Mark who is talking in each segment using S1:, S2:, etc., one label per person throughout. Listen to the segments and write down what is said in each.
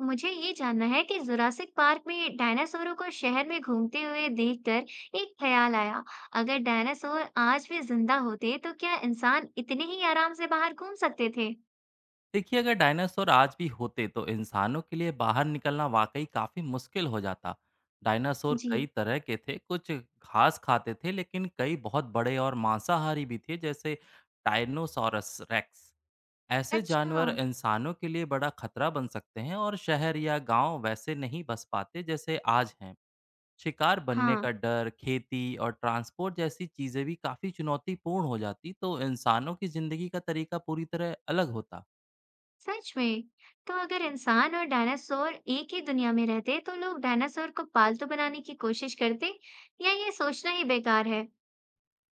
S1: मुझे ये जानना है कि जुरासिक पार्क में डायनासोरों को शहर में घूमते हुए देखकर एक ख्याल आया, अगर डायनासोर आज भी जिंदा होते तो क्या इंसान इतने ही आराम से बाहर घूम सकते थे?
S2: देखिए, अगर डायनासोर आज भी होते तो इंसानों के लिए बाहर निकलना वाकई काफी मुश्किल हो जाता। डायनासोर कई
S1: जी।
S2: तरह के थे। कुछ घास खाते थे, लेकिन कई बहुत बड़े और मांसाहारी भी थे, जैसे टाइनोसॉरस रेक्स। ऐसे
S1: अच्छा।
S2: जानवर इंसानों के लिए बड़ा खतरा बन सकते हैं और शहर या गांव वैसे नहीं बस पाते जैसे आज हैं। शिकार बनने
S1: हाँ,
S2: का डर, खेती और ट्रांसपोर्ट जैसी चीजें भी काफी चुनौतीपूर्ण हो जाती, तो इंसानों की जिंदगी का तरीका पूरी तरह अलग होता।
S1: सच में। तो अगर इंसान और डायनासोर एक ही दुनिया में रहते तो लोग डायनासोर को पालतू बनाने की कोशिश करते या ये सोचना ही बेकार है?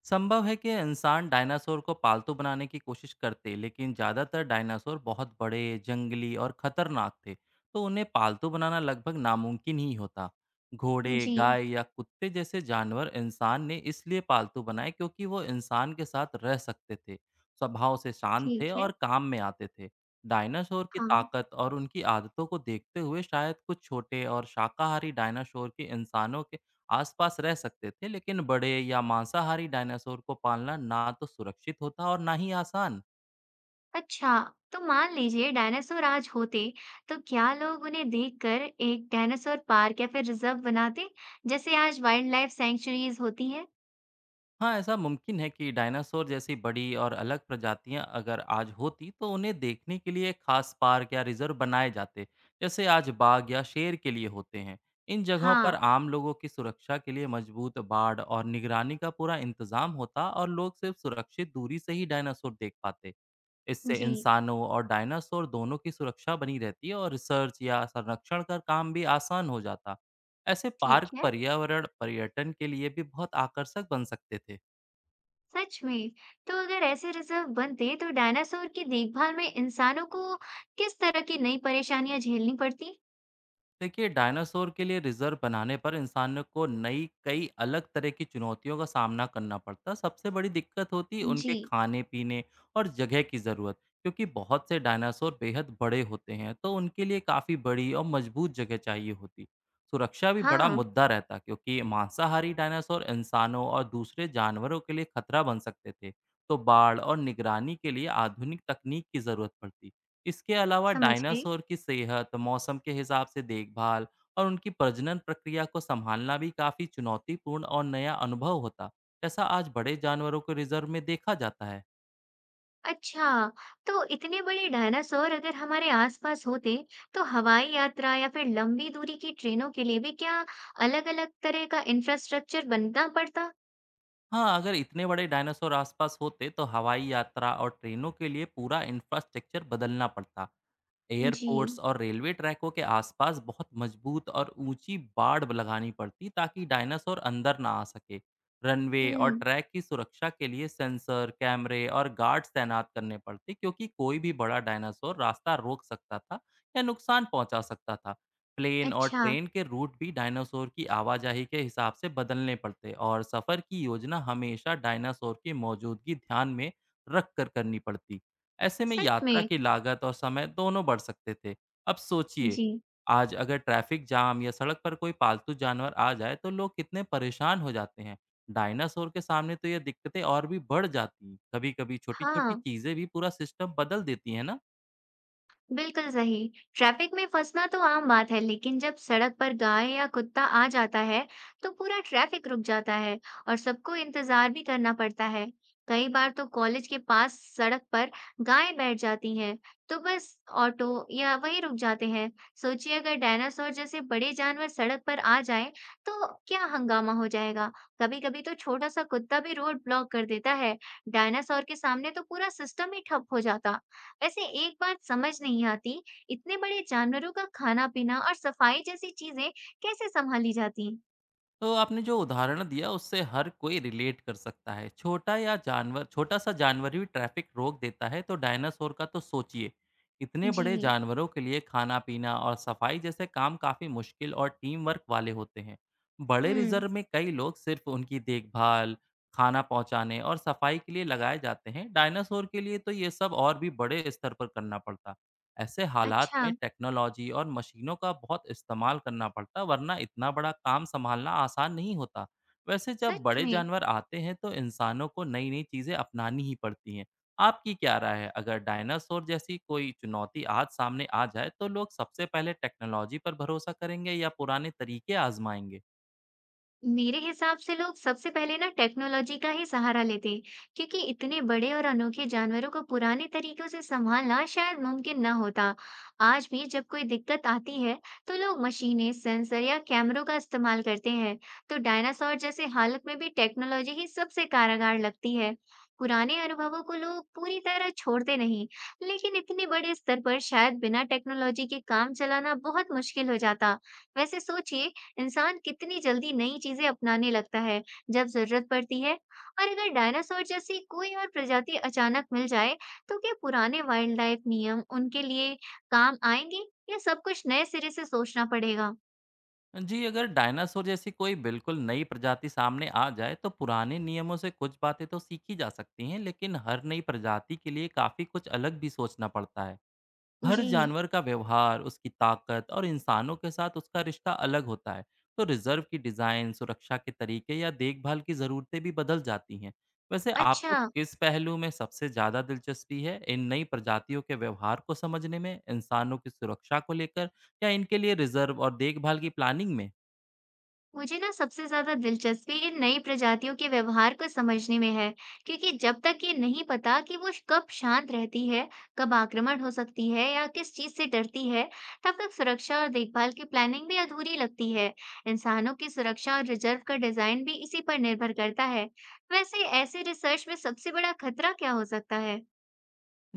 S2: संभव है कि इंसान डायनासोर को पालतू बनाने की कोशिश करते, लेकिन ज़्यादातर डायनासोर बहुत बड़े, जंगली और खतरनाक थे, तो उन्हें पालतू बनाना लगभग नामुमकिन ही होता। घोड़े,
S1: जी।
S2: गाय या कुत्ते जैसे जानवर इंसान ने इसलिए पालतू बनाए क्योंकि वो इंसान के साथ रह सकते थे, स्वभाव से शांत थे
S1: ठीक है।
S2: और काम में आते थे। डायनासोर की
S1: हाँ।
S2: ताकत और उनकी आदतों को देखते हुए शायद कुछ छोटे और शाकाहारी डायनासोर के इंसानों के आसपास रह सकते थे, लेकिन बड़े या मांसाहारी डायनासोर को पालना ना तो सुरक्षित होता और ना ही आसान।
S1: अच्छा, तो मान लीजिए डायनासोर आज होते, तो क्या लोग उन्हें देखकर एक डायनासोर पार्क या फिर रिजर्व बनाते, जैसे आज वाइल्ड लाइफ सैंक्चुरीज होती है?
S2: हाँ, ऐसा मुमकिन है कि डायनासोर जैसी बड़ी और अलग प्रजातियां अगर आज होती तो उन्हें देखने के लिए खास पार्क या रिजर्व बनाए जाते, जैसे आज बाघ या शेर के लिए होते हैं। इन जगहों
S1: हाँ।
S2: पर आम लोगों की सुरक्षा के लिए मजबूत बाड़ और निगरानी का पूरा इंतजाम होता और लोग सिर्फ सुरक्षित दूरी से ही डायनासोर देख पाते। इससे
S1: जी।
S2: इंसानों और डायनासोर दोनों की सुरक्षा बनी रहती है और रिसर्च या संरक्षण का काम भी आसान हो जाता। ऐसे पार्क
S1: ठीक है।
S2: पर्यावरण पर्यटन के लिए भी बहुत आकर्षक बन सकते थे।
S1: सच में, तो अगर ऐसे रिजर्व बनते, तो डायनासोर की देखभाल में इंसानों को किस तरह की नई परेशानियां झेलनी पड़ती?
S2: देखिए, डायनासोर के लिए रिजर्व बनाने पर इंसानों को नई कई अलग तरह की चुनौतियों का सामना करना पड़ता। सबसे बड़ी दिक्कत होती उनके
S1: जी।
S2: खाने पीने और जगह की ज़रूरत, क्योंकि बहुत से डायनासोर बेहद बड़े होते हैं तो उनके लिए काफ़ी बड़ी और मजबूत जगह चाहिए होती। सुरक्षा भी बड़ा
S1: हाँ।
S2: मुद्दा रहता क्योंकि मांसाहारी डायनासोर इंसानों और दूसरे जानवरों के लिए खतरा बन सकते थे, तो बाढ़ और निगरानी के लिए आधुनिक तकनीक की ज़रूरत पड़ती। इसके अलावा
S1: समझ गई।
S2: डायनासोर की सेहत, मौसम के हिसाब से देखभाल और उनकी प्रजनन प्रक्रिया को संभालना भी काफी चुनौतीपूर्ण और नया अनुभव होता, जैसा आज बड़े जानवरों को रिजर्व में देखा जाता है।
S1: अच्छा, तो इतने बड़े डायनासोर अगर हमारे आसपास होते, तो हवाई यात्रा या फिर लंबी दूरी की ट्रेनों के लिए भी क्या अलग-अलग तरह का इंफ्रास्ट्रक्चर बनना पड़ता?
S2: हाँ, अगर इतने बड़े डायनासोर आसपास होते तो हवाई यात्रा और ट्रेनों के लिए पूरा इंफ्रास्ट्रक्चर बदलना पड़ता। एयरपोर्ट्स
S1: जी।
S2: और रेलवे ट्रैकों के आसपास बहुत मजबूत और ऊंची बाड़ लगानी पड़ती ताकि डायनासोर अंदर ना आ सके। रनवे और
S1: हुँ।
S2: ट्रैक की सुरक्षा के लिए सेंसर, कैमरे और गार्ड्स तैनात करने पड़ते क्योंकि कोई भी बड़ा डायनासोर रास्ता रोक सकता था या नुकसान पहुंचा सकता था। प्लेन और
S1: अच्छा।
S2: ट्रेन के रूट भी डायनासोर की आवाजाही के हिसाब से बदलने पड़ते, और सफ़र की योजना हमेशा डायनासोर की मौजूदगी ध्यान में रख कर करनी पड़ती। ऐसे में
S1: सच
S2: यात्रा
S1: में?
S2: की लागत और समय दोनों बढ़ सकते थे। अब सोचिए,
S1: जी।
S2: आज अगर ट्रैफिक जाम या सड़क पर कोई पालतू जानवर आ जाए तो लोग कितने परेशान हो जाते हैं। डायनासोर के सामने तो ये दिक्कतें और भी बढ़ जाती। कभी-कभी छोटी-छोटी
S1: हाँ।
S2: चीज़ें भी पूरा सिस्टम बदल देती हैं ना।
S1: बिल्कुल सही। ट्रैफिक में फंसना तो आम बात है, लेकिन जब सड़क पर गाय या कुत्ता आ जाता है तो पूरा ट्रैफिक रुक जाता है और सबको इंतजार भी करना पड़ता है। कई बार तो कॉलेज के पास सड़क पर गायें बैठ जाती हैं तो बस ऑटो या वहीं रुक जाते हैं। सोचिए अगर डायनासोर जैसे बड़े जानवर सड़क पर आ जाएं तो क्या हंगामा हो जाएगा। कभी कभी तो छोटा सा कुत्ता भी रोड ब्लॉक कर देता है, डायनासोर के सामने तो पूरा सिस्टम ही ठप हो जाता। वैसे एक बात समझ नहीं आती, इतने बड़े जानवरों का खाना-पीना और सफाई जैसी चीजें कैसे संभाली जाती हैं?
S2: तो आपने जो उदाहरण दिया उससे हर कोई रिलेट कर सकता है। छोटा सा जानवर भी ट्रैफिक रोक देता है, तो डायनासोर का तो सोचिए। इतने बड़े
S1: जी।
S2: जानवरों के लिए खाना पीना और सफाई जैसे काम काफ़ी मुश्किल और टीम वर्क वाले होते हैं। बड़े
S1: हुँ।
S2: रिजर्व में कई लोग सिर्फ उनकी देखभाल, खाना पहुंचाने और सफाई के लिए लगाए जाते हैं। डायनासोर के लिए तो ये सब और भी बड़े स्तर पर करना पड़ता है। ऐसे हालात
S1: अच्छा।
S2: में टेक्नोलॉजी और मशीनों का बहुत इस्तेमाल करना पड़ता, वरना इतना बड़ा काम संभालना आसान नहीं होता। वैसे जब
S1: सच
S2: बड़े
S1: में?
S2: जानवर आते हैं तो इंसानों को नई-नई चीज़ें अपनानी ही पड़ती हैं। आपकी क्या राय है, अगर डायनासोर जैसी कोई चुनौती आज सामने आ जाए तो लोग सबसे पहले टेक्नोलॉजी पर भरोसा करेंगे या पुराने तरीके आज़माएँगे?
S1: मेरे हिसाब से लोग सबसे पहले ना टेक्नोलॉजी का ही सहारा लेते, क्योंकि इतने बड़े और अनोखे जानवरों को पुराने तरीकों से संभालना शायद मुमकिन ना होता। आज भी जब कोई दिक्कत आती है तो लोग मशीनें, सेंसर या कैमरों का इस्तेमाल करते हैं, तो डायनासोर जैसे हालत में भी टेक्नोलॉजी ही सबसे कारगर लगती है। पुराने अनुभवों को लोग पूरी तरह छोड़ते नहीं, लेकिन इतने बड़े स्तर पर शायद बिना टेक्नोलॉजी के काम चलाना बहुत मुश्किल हो जाता। वैसे सोचिए, इंसान कितनी जल्दी नई चीजें अपनाने लगता है जब जरूरत पड़ती है। और अगर डायनासोर जैसी कोई और प्रजाति अचानक मिल जाए, तो क्या पुराने वाइल्ड लाइफ नियम उनके लिए काम आएंगे या सब कुछ नए सिरे से सोचना पड़ेगा?
S2: जी, अगर डायनासोर जैसी कोई बिल्कुल नई प्रजाति सामने आ जाए तो पुराने नियमों से कुछ बातें तो सीखी जा सकती हैं, लेकिन हर नई प्रजाति के लिए काफ़ी कुछ अलग भी सोचना पड़ता है। हर
S1: जी।
S2: जानवर का व्यवहार, उसकी ताकत और इंसानों के साथ उसका रिश्ता अलग होता है, तो रिजर्व की डिज़ाइन, सुरक्षा के तरीके या देखभाल की ज़रूरतें भी बदल जाती हैं। वैसे
S1: अच्छा।
S2: आपको किस पहलू में सबसे ज़्यादा दिलचस्पी है, इन नई प्रजातियों के व्यवहार को समझने में, इंसानों की सुरक्षा को लेकर, या इनके लिए रिजर्व और देखभाल की प्लानिंग में?
S1: मुझे ना सबसे ज्यादा दिलचस्पी इन नई प्रजातियों के व्यवहार को समझने में है, क्योंकि जब तक ये नहीं पता कि वो कब शांत रहती है, कब आक्रमण हो सकती है या किस चीज से डरती है, तब तक सुरक्षा और देखभाल की प्लानिंग भी अधूरी लगती है। इंसानों की सुरक्षा और रिजर्व का डिजाइन भी इसी पर निर्भर करता है। वैसे ऐसे रिसर्च में सबसे बड़ा खतरा क्या हो सकता है?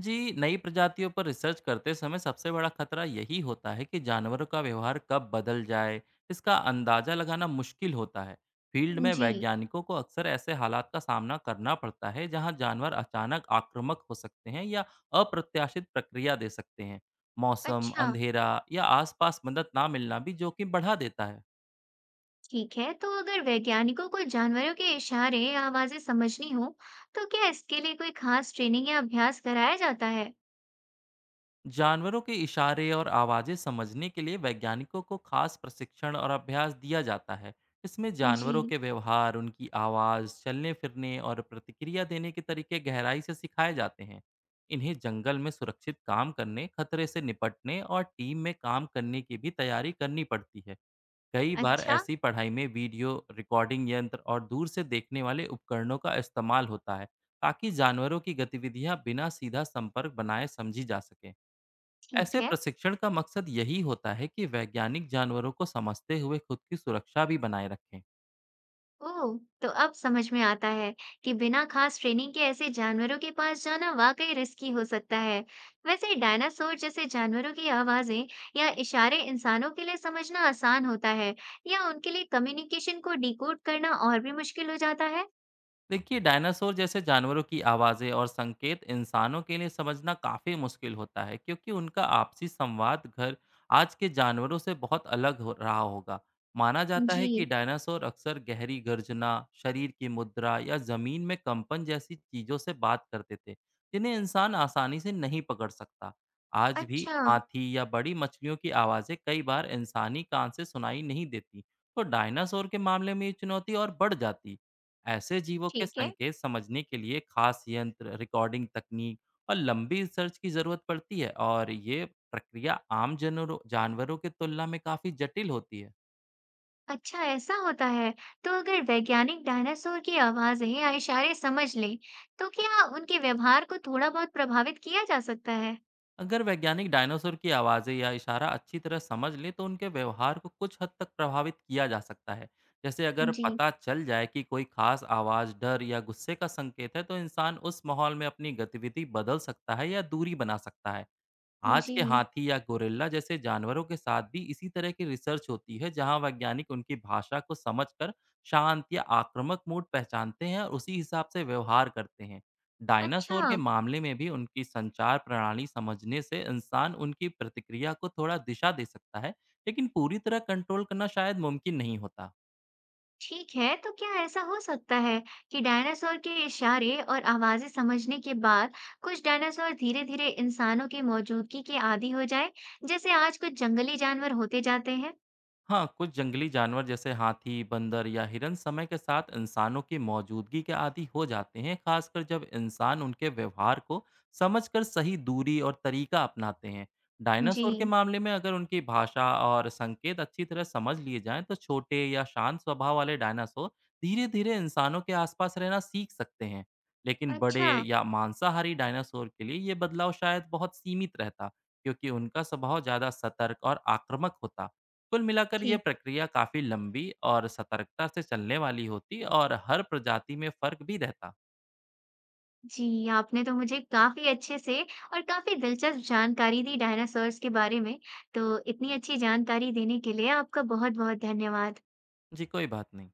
S2: जी, नई प्रजातियों पर रिसर्च करते समय सबसे बड़ा खतरा यही होता है कि जानवरों का व्यवहार कब बदल जाए, इसका अंदाजा लगाना मुश्किल होता है। फील्ड में
S1: जी।
S2: वैज्ञानिकों को अक्सर ऐसे हालात का सामना करना पड़ता है जहां जानवर अचानक आक्रामक हो सकते हैं या अप्रत्याशित प्रक्रिया दे सकते हैं। मौसम,
S1: अच्छा।
S2: अंधेरा या आसपास मदद ना मिलना भी जोखिम बढ़ा देता है।
S1: ठीक है, तो अगर वैज्ञानिकों को जानवरों के इशारे या आवाजें समझनी हो तो क्या इसके लिए कोई खास ट्रेनिंग या अभ्यास कराया जाता है?
S2: जानवरों के इशारे और आवाज़ें समझने के लिए वैज्ञानिकों को खास प्रशिक्षण और अभ्यास दिया जाता है। इसमें
S1: जी।
S2: जानवरों के व्यवहार, उनकी आवाज़, चलने फिरने और प्रतिक्रिया देने के तरीके गहराई से सिखाए जाते हैं। इन्हें जंगल में सुरक्षित काम करने, खतरे से निपटने और टीम में काम करने की भी तैयारी करनी पड़ती है। कई बार
S1: अच्छा।
S2: ऐसी पढ़ाई में वीडियो रिकॉर्डिंग यंत्र और दूर से देखने वाले उपकरणों का इस्तेमाल होता है ताकि जानवरों की गतिविधियां बिना सीधा संपर्क बनाए समझी जा सके।
S1: ठीक
S2: ऐसे
S1: है।
S2: प्रशिक्षण का मकसद यही होता है कि वैज्ञानिक जानवरों को समझते हुए खुद की सुरक्षा भी बनाए रखें।
S1: ओह, तो अब समझ में आता है कि बिना खास ट्रेनिंग के ऐसे जानवरों के पास जाना वाकई रिस्की हो सकता है। वैसे डायनासोर जैसे जानवरों की आवाजें या इशारे इंसानों के लिए समझना आसान होता है, या उनके लिए कम्युनिकेशन को डिकोड करना और भी मुश्किल हो जाता है?
S2: देखिए, डायनासोर जैसे जानवरों की आवाज़ें और संकेत इंसानों के लिए समझना काफ़ी मुश्किल होता है, क्योंकि उनका आपसी संवाद घर आज के जानवरों से बहुत अलग हो रहा होगा। माना जाता
S1: जी।
S2: है कि डायनासोर अक्सर गहरी गर्जना, शरीर की मुद्रा या ज़मीन में कंपन जैसी चीज़ों से बात करते थे, जिन्हें इंसान आसानी से नहीं पकड़ सकता। आज भी
S1: अच्छा।
S2: हाथी या बड़ी मछलियों की आवाज़ें कई बार इंसानी कान से सुनाई नहीं देती, तो डायनासोर के मामले में ये चुनौती और बढ़ जाती है। ऐसे जीवों के
S1: ठीक है।
S2: संकेत समझने के लिए खास यंत्र, रिकॉर्डिंग तकनीक और लंबी सर्च की जरूरत पड़ती है, और ये प्रक्रिया आम जनों जानवरों की तुलना में काफी जटिल होती है।
S1: अच्छा, ऐसा होता है। तो अगर वैज्ञानिक डायनासोर की आवाजें या इशारे समझ लें, तो क्या उनके व्यवहार को थोड़ा बहुत प्रभावित किया जा सकता है?
S2: अगर वैज्ञानिक डायनासोर की आवाज़ें या इशारा अच्छी तरह समझ लें तो उनके व्यवहार को कुछ हद तक प्रभावित किया जा सकता है। जैसे अगर
S1: जी।
S2: पता चल जाए कि कोई खास आवाज़ डर या गुस्से का संकेत है, तो इंसान उस माहौल में अपनी गतिविधि बदल सकता है या दूरी बना सकता है। आज के
S1: जी।
S2: हाथी या गोरिल्ला जैसे जानवरों के साथ भी इसी तरह की रिसर्च होती है, जहां वैज्ञानिक उनकी भाषा को समझकर शांत या आक्रामक मूड पहचानते हैं और उसी हिसाब से व्यवहार करते हैं। डायनासोर
S1: अच्छा।
S2: के मामले में भी उनकी संचार प्रणाली समझने से इंसान उनकी प्रतिक्रिया को थोड़ा दिशा दे सकता है, लेकिन पूरी तरह कंट्रोल करना शायद मुमकिन नहीं होता।
S1: ठीक है, तो क्या ऐसा हो सकता है कि डायनासोर के इशारे और आवाजें समझने के बाद कुछ डायनासोर धीरे धीरे इंसानों की मौजूदगी के आदी हो जाए, जैसे आज कुछ जंगली जानवर होते जाते हैं?
S2: हाँ, कुछ जंगली जानवर जैसे हाथी, बंदर या हिरन समय के साथ इंसानों की मौजूदगी के आदि हो जाते हैं, खासकर जब इंसान उनके व्यवहार को समझकर सही दूरी और तरीका अपनाते हैं।
S1: जी।
S2: डायनासोर के मामले में अगर उनकी भाषा और संकेत अच्छी तरह समझ लिए जाएं तो छोटे या शांत स्वभाव वाले डायनासोर धीरे धीरे इंसानों के आसपास रहना सीख सकते हैं, लेकिन बड़े
S1: अच्छा।
S2: या मांसाहारी डायनासोर के लिए ये बदलाव शायद बहुत सीमित रहता, क्योंकि उनका स्वभाव ज़्यादा सतर्क और आक्रामक होता। कुल मिलाकर यह
S1: ठीक।
S2: प्रक्रिया काफी लंबी और सतर्कता से चलने वाली होती, और हर प्रजाति में फर्क भी रहता।
S1: जी, आपने तो मुझे काफ़ी अच्छे से और काफ़ी दिलचस्प जानकारी दी डायनासॉर्स के बारे में। तो इतनी अच्छी जानकारी देने के लिए आपका बहुत-बहुत धन्यवाद।
S2: जी, कोई बात नहीं।